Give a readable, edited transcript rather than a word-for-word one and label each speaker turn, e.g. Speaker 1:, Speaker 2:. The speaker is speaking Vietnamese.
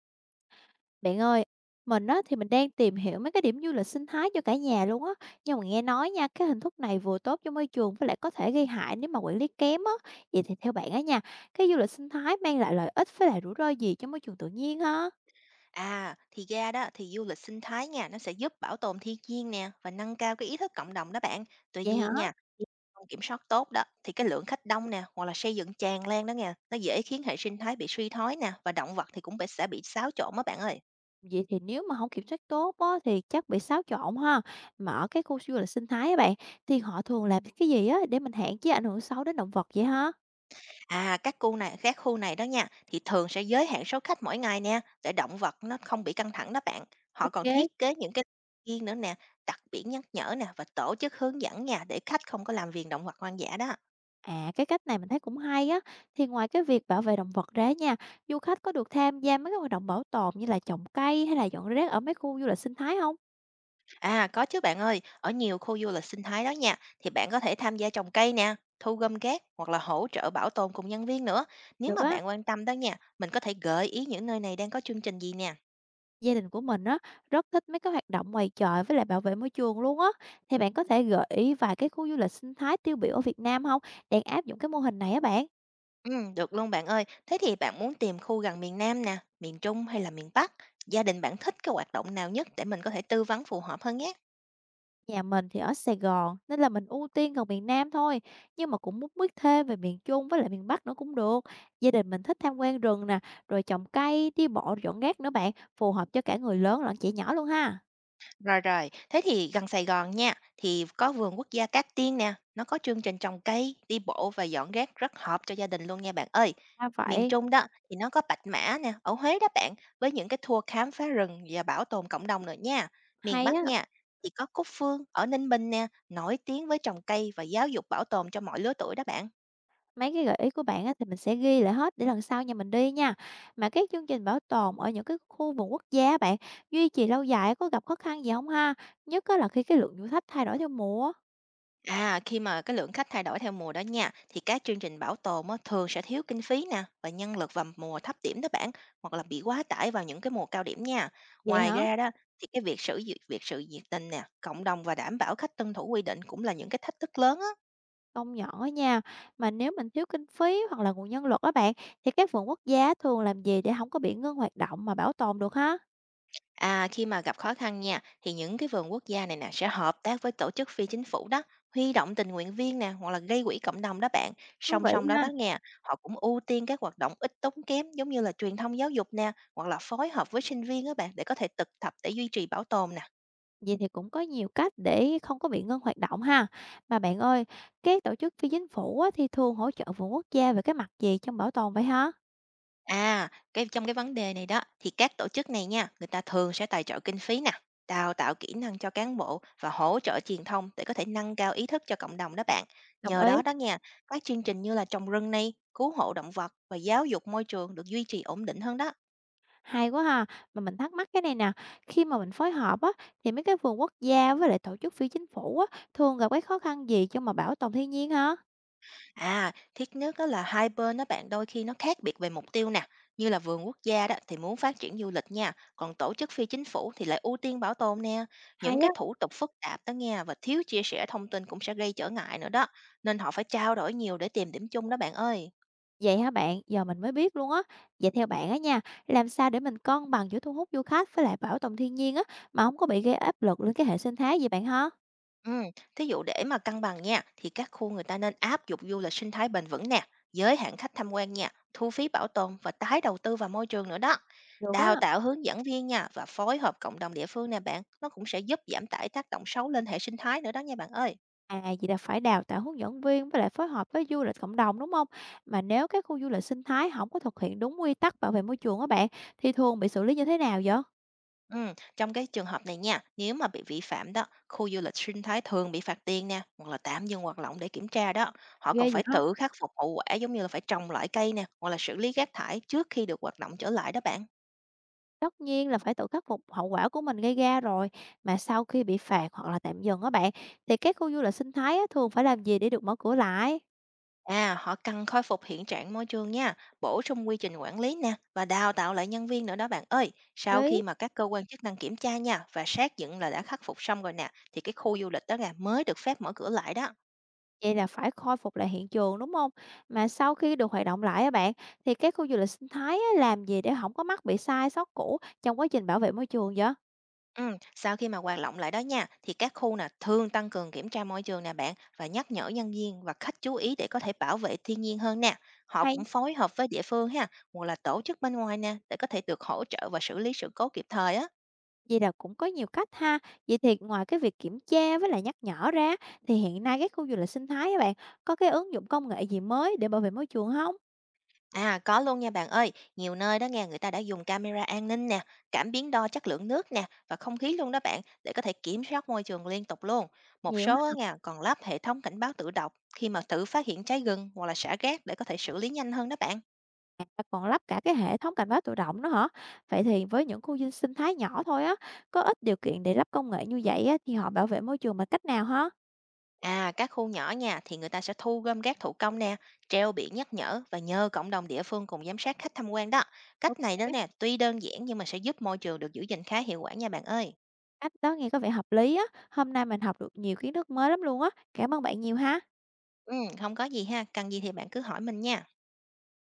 Speaker 1: Bạn ơi, mình á thì mình đang tìm hiểu mấy cái điểm du lịch sinh thái cho cả nhà luôn á, nhưng mà nghe nói nha, cái hình thức này vừa tốt cho môi trường với lại có thể gây hại nếu mà quản lý kém á. Vậy thì theo bạn á nha, cái du lịch sinh thái mang lại lợi ích với lại rủi ro gì cho môi trường tự nhiên ha?
Speaker 2: À, thì ra đó thì du lịch sinh thái nha, nó sẽ giúp bảo tồn thiên nhiên nè và nâng cao cái ý thức cộng đồng đó bạn. Tuy
Speaker 1: Vậy hả?
Speaker 2: nhiên nha, nếu không kiểm soát tốt đó thì cái lượng khách đông nè hoặc là xây dựng tràn lan đó nha, nó dễ khiến hệ sinh thái bị suy thoái nè và động vật thì cũng bị sẽ bị xáo trộn đó bạn ơi.
Speaker 1: Vậy thì nếu mà không kiểm soát tốt á thì chắc bị xáo trộn ha. Mà ở cái khu du lịch sinh thái á bạn thì họ thường làm cái gì á để mình hạn chế ảnh hưởng xấu đến động vật vậy ha?
Speaker 2: À, các khu này đó nha thì thường sẽ giới hạn số khách mỗi ngày nè để động vật nó không bị căng thẳng đó bạn. Họ còn
Speaker 1: Ok.
Speaker 2: thiết kế những cái riêng nữa nè, đặt biển nhắc nhở nè và tổ chức hướng dẫn nha để khách không có làm phiền động vật hoang dã đó.
Speaker 1: À, cái cách này mình thấy cũng hay á. Thì ngoài cái việc bảo vệ động vật ra nha, du khách có được tham gia mấy cái hoạt động bảo tồn như là trồng cây hay là dọn rác ở mấy khu du lịch sinh thái không?
Speaker 2: À, có chứ bạn ơi, ở nhiều khu du lịch sinh thái đó nha, thì bạn có thể tham gia trồng cây nè, thu gom rác hoặc là hỗ trợ bảo tồn cùng nhân viên nữa. Nếu
Speaker 1: Được
Speaker 2: mà
Speaker 1: á,
Speaker 2: bạn quan tâm đó nha, mình có thể gợi ý những nơi này đang có chương trình gì nè.
Speaker 1: gia đình của mình á rất thích mấy cái hoạt động ngoài trời với lại bảo vệ môi trường luôn á. Thì bạn có thể gợi ý vài cái khu du lịch sinh thái tiêu biểu ở Việt Nam không? Đang áp dụng cái mô hình này á bạn.
Speaker 2: Ừ, được luôn bạn ơi. Thế thì bạn muốn tìm khu gần miền Nam nè, miền Trung hay là miền Bắc? Gia đình bạn thích cái hoạt động nào nhất để mình có thể tư vấn phù hợp hơn nhé.
Speaker 1: Nhà mình thì ở Sài Gòn nên là mình ưu tiên gần miền Nam thôi, nhưng mà cũng muốn biết thêm về miền Trung với lại miền Bắc nữa cũng được. Gia đình mình thích tham quan rừng nè, rồi trồng cây, đi bộ, dọn rác nữa bạn, phù hợp cho cả người lớn lẫn trẻ nhỏ luôn ha.
Speaker 2: Rồi, rồi. Thế thì gần Sài Gòn nha, thì có vườn quốc gia Cát Tiên nè, nó có chương trình trồng cây, đi bộ và dọn rác rất hợp cho gia đình luôn nha bạn ơi.
Speaker 1: À
Speaker 2: Miền
Speaker 1: vậy,
Speaker 2: Trung đó thì nó có Bạch Mã nè, ở Huế đó bạn, với những cái tour khám phá rừng và bảo tồn cộng đồng nữa nha. Miền
Speaker 1: hay
Speaker 2: Bắc
Speaker 1: á,
Speaker 2: nha, thì có Cúc Phương ở Ninh Bình nè, nổi tiếng với trồng cây và giáo dục bảo tồn cho mọi lứa tuổi đó bạn.
Speaker 1: mấy cái gợi ý của bạn á thì mình sẽ ghi lại hết để lần sau nhà mình đi nha. Mà cái chương trình bảo tồn ở những cái khu vườn quốc gia á bạn, duy trì lâu dài có gặp khó khăn gì không ha? Nhất á là khi cái lượng thử thách thay đổi theo mùa.
Speaker 2: À, khi mà cái lượng khách thay đổi theo mùa đó nha, thì các chương trình bảo tồn á, thường sẽ thiếu kinh phí nè và nhân lực vào mùa thấp điểm đó bạn, hoặc là bị quá tải vào những cái mùa cao điểm nha.
Speaker 1: Vậy
Speaker 2: Ngoài
Speaker 1: hả?
Speaker 2: ra đó thì cái việc sự nhiệt tình nè, cộng đồng và đảm bảo khách tuân thủ quy định cũng là những cái thách thức lớn á.
Speaker 1: Công nhận á nha, mà nếu mình thiếu kinh phí hoặc là nguồn nhân lực á bạn, thì các vườn quốc gia thường làm gì để không có bị ngưng hoạt động mà bảo tồn được ha?
Speaker 2: À, khi mà gặp khó khăn nha, thì những cái vườn quốc gia này nè sẽ hợp tác với tổ chức phi chính phủ đó, huy động tình nguyện viên nè, hoặc là gây quỹ cộng đồng đó bạn.
Speaker 1: Thú
Speaker 2: Song
Speaker 1: vị
Speaker 2: song đó
Speaker 1: ha.
Speaker 2: đó nghe, họ cũng ưu tiên các hoạt động ít tốn kém giống như là truyền thông giáo dục nè, hoặc là phối hợp với sinh viên đó bạn để có thể thực tập để duy trì bảo tồn nè.
Speaker 1: Vậy thì cũng có nhiều cách để không có bị ngưng hoạt động ha. Mà bạn ơi, các tổ chức phi chính phủ á, thì thường hỗ trợ vườn quốc gia về cái mặt gì trong bảo tồn vậy hả?
Speaker 2: À, trong cái vấn đề này đó thì các tổ chức này nha, người ta thường sẽ tài trợ kinh phí nè, đào tạo kỹ năng cho cán bộ và hỗ trợ truyền thông để có thể nâng cao ý thức cho cộng đồng đó bạn.
Speaker 1: Đồng
Speaker 2: Nhờ
Speaker 1: ý,
Speaker 2: đó đó nha, các chương trình như là trồng rừng này, cứu hộ động vật và giáo dục môi trường được duy trì ổn định hơn đó.
Speaker 1: hay quá ha. Mà mình thắc mắc cái này nè, khi mà mình phối hợp á, thì mấy cái vườn quốc gia với lại tổ chức phi chính phủ á, thường gặp cái khó khăn gì trong bảo tồn thiên nhiên hả?
Speaker 2: À, thiết nước đó là hai bên đó bạn đôi khi nó khác biệt về mục tiêu nè. Như là vườn quốc gia đó thì muốn phát triển du lịch nha, còn tổ chức phi chính phủ thì lại ưu tiên bảo tồn nè. Những
Speaker 1: Hay
Speaker 2: cái
Speaker 1: á.
Speaker 2: thủ tục phức tạp đó nghe và thiếu chia sẻ thông tin cũng sẽ gây trở ngại nữa đó. Nên họ phải trao đổi nhiều để tìm điểm chung đó bạn ơi.
Speaker 1: Vậy hả bạn? Giờ mình mới biết luôn á. Vậy theo bạn á nha, làm sao để mình cân bằng giữa thu hút du khách với lại bảo tồn thiên nhiên á mà không có bị gây áp lực lên cái hệ sinh thái vậy bạn hả?
Speaker 2: Ừm, Thí dụ để mà cân bằng nha, thì các khu người ta nên áp dụng du lịch sinh thái bền vững nè, giới hạn khách tham quan nha, thu phí bảo tồn và tái đầu tư vào môi trường nữa đó.
Speaker 1: Được á.
Speaker 2: Đào tạo hướng dẫn viên nha và phối hợp cộng đồng địa phương nè bạn, nó cũng sẽ giúp giảm tải tác động xấu lên hệ sinh thái nữa đó nha bạn ơi.
Speaker 1: À vậy là phải đào tạo hướng dẫn viên với lại phối hợp với du lịch cộng đồng đúng không? Mà nếu các khu du lịch sinh thái không có thực hiện đúng quy tắc bảo vệ môi trường á bạn thì thường bị xử lý như thế nào vậy?
Speaker 2: Trong cái trường hợp này nha, nếu mà bị vi phạm đó, khu du lịch sinh thái thường bị phạt tiền nè, hoặc là tạm dừng hoạt động để kiểm tra đó. Họ
Speaker 1: Ghê
Speaker 2: còn
Speaker 1: vậy
Speaker 2: phải
Speaker 1: đó.
Speaker 2: tự khắc phục hậu quả giống như là phải trồng lại cây nè, hoặc là xử lý rác thải trước khi được hoạt động trở lại đó bạn.
Speaker 1: Tất nhiên là phải tự khắc phục hậu quả của mình gây ra rồi. Mà sau khi bị phạt hoặc là tạm dừng á bạn thì các khu du lịch sinh thái á, thường phải làm gì để được mở cửa lại?
Speaker 2: À, họ cần khôi phục hiện trạng môi trường nha, bổ sung quy trình quản lý nè và đào tạo lại nhân viên nữa đó bạn ơi. Sau khi
Speaker 1: Lý
Speaker 2: mà các cơ quan chức năng kiểm tra nha và xác nhận là đã khắc phục xong rồi nè, thì cái khu du lịch đó là mới được phép mở cửa lại đó.
Speaker 1: Vậy là phải khôi phục lại hiện trường, đúng không? Mà sau khi được hoạt động lại á bạn, thì các khu du lịch sinh thái á làm gì để không có bị sai sót cũ trong quá trình bảo vệ môi trường vậy?
Speaker 2: Ừ, sau khi mà hoạt động lại đó nha, thì các khu nè thường tăng cường kiểm tra môi trường nè bạn và nhắc nhở nhân viên và khách chú ý để có thể bảo vệ thiên nhiên hơn nè. Họ
Speaker 1: Hay,
Speaker 2: cũng phối hợp với địa phương ha, hoặc là tổ chức bên ngoài nè để có thể được hỗ trợ và xử lý sự cố kịp thời á.
Speaker 1: vậy là cũng có nhiều cách ha. Vậy thì ngoài cái việc kiểm tra với lại nhắc nhở ra, thì hiện nay các khu du lịch sinh thái á bạn, có cái ứng dụng công nghệ gì mới để bảo vệ môi trường không?
Speaker 2: À có luôn nha bạn ơi, nhiều nơi đó nghe người ta đã dùng camera an ninh nè, cảm biến đo chất lượng nước nè và không khí luôn đó bạn để có thể kiểm soát môi trường liên tục luôn. Một
Speaker 1: Nhiều
Speaker 2: số á
Speaker 1: ha,
Speaker 2: nha còn lắp hệ thống cảnh báo tự động khi mà tự phát hiện cháy rừng hoặc là xả rác để có thể xử lý nhanh hơn đó bạn.
Speaker 1: à, còn lắp cả cái hệ thống cảnh báo tự động nữa hả? Vậy thì với những khu dinh sinh thái nhỏ thôi á, có ít điều kiện để lắp công nghệ như vậy á, thì họ bảo vệ môi trường bằng cách nào
Speaker 2: À, các khu nhỏ nha thì người ta sẽ thu gom rác thủ công nè, treo biển nhắc nhở và nhờ cộng đồng địa phương cùng giám sát khách tham quan đó. Cách này đó
Speaker 1: ha?
Speaker 2: nè, tuy đơn giản nhưng mà sẽ giúp môi trường được giữ gìn khá hiệu quả nha bạn ơi.
Speaker 1: Cách đó nghe có vẻ hợp lý á, hôm nay mình học được nhiều kiến thức mới lắm luôn á. Cảm ơn bạn nhiều ha.
Speaker 2: Ừ, không có gì ha, cần gì thì bạn cứ hỏi mình nha.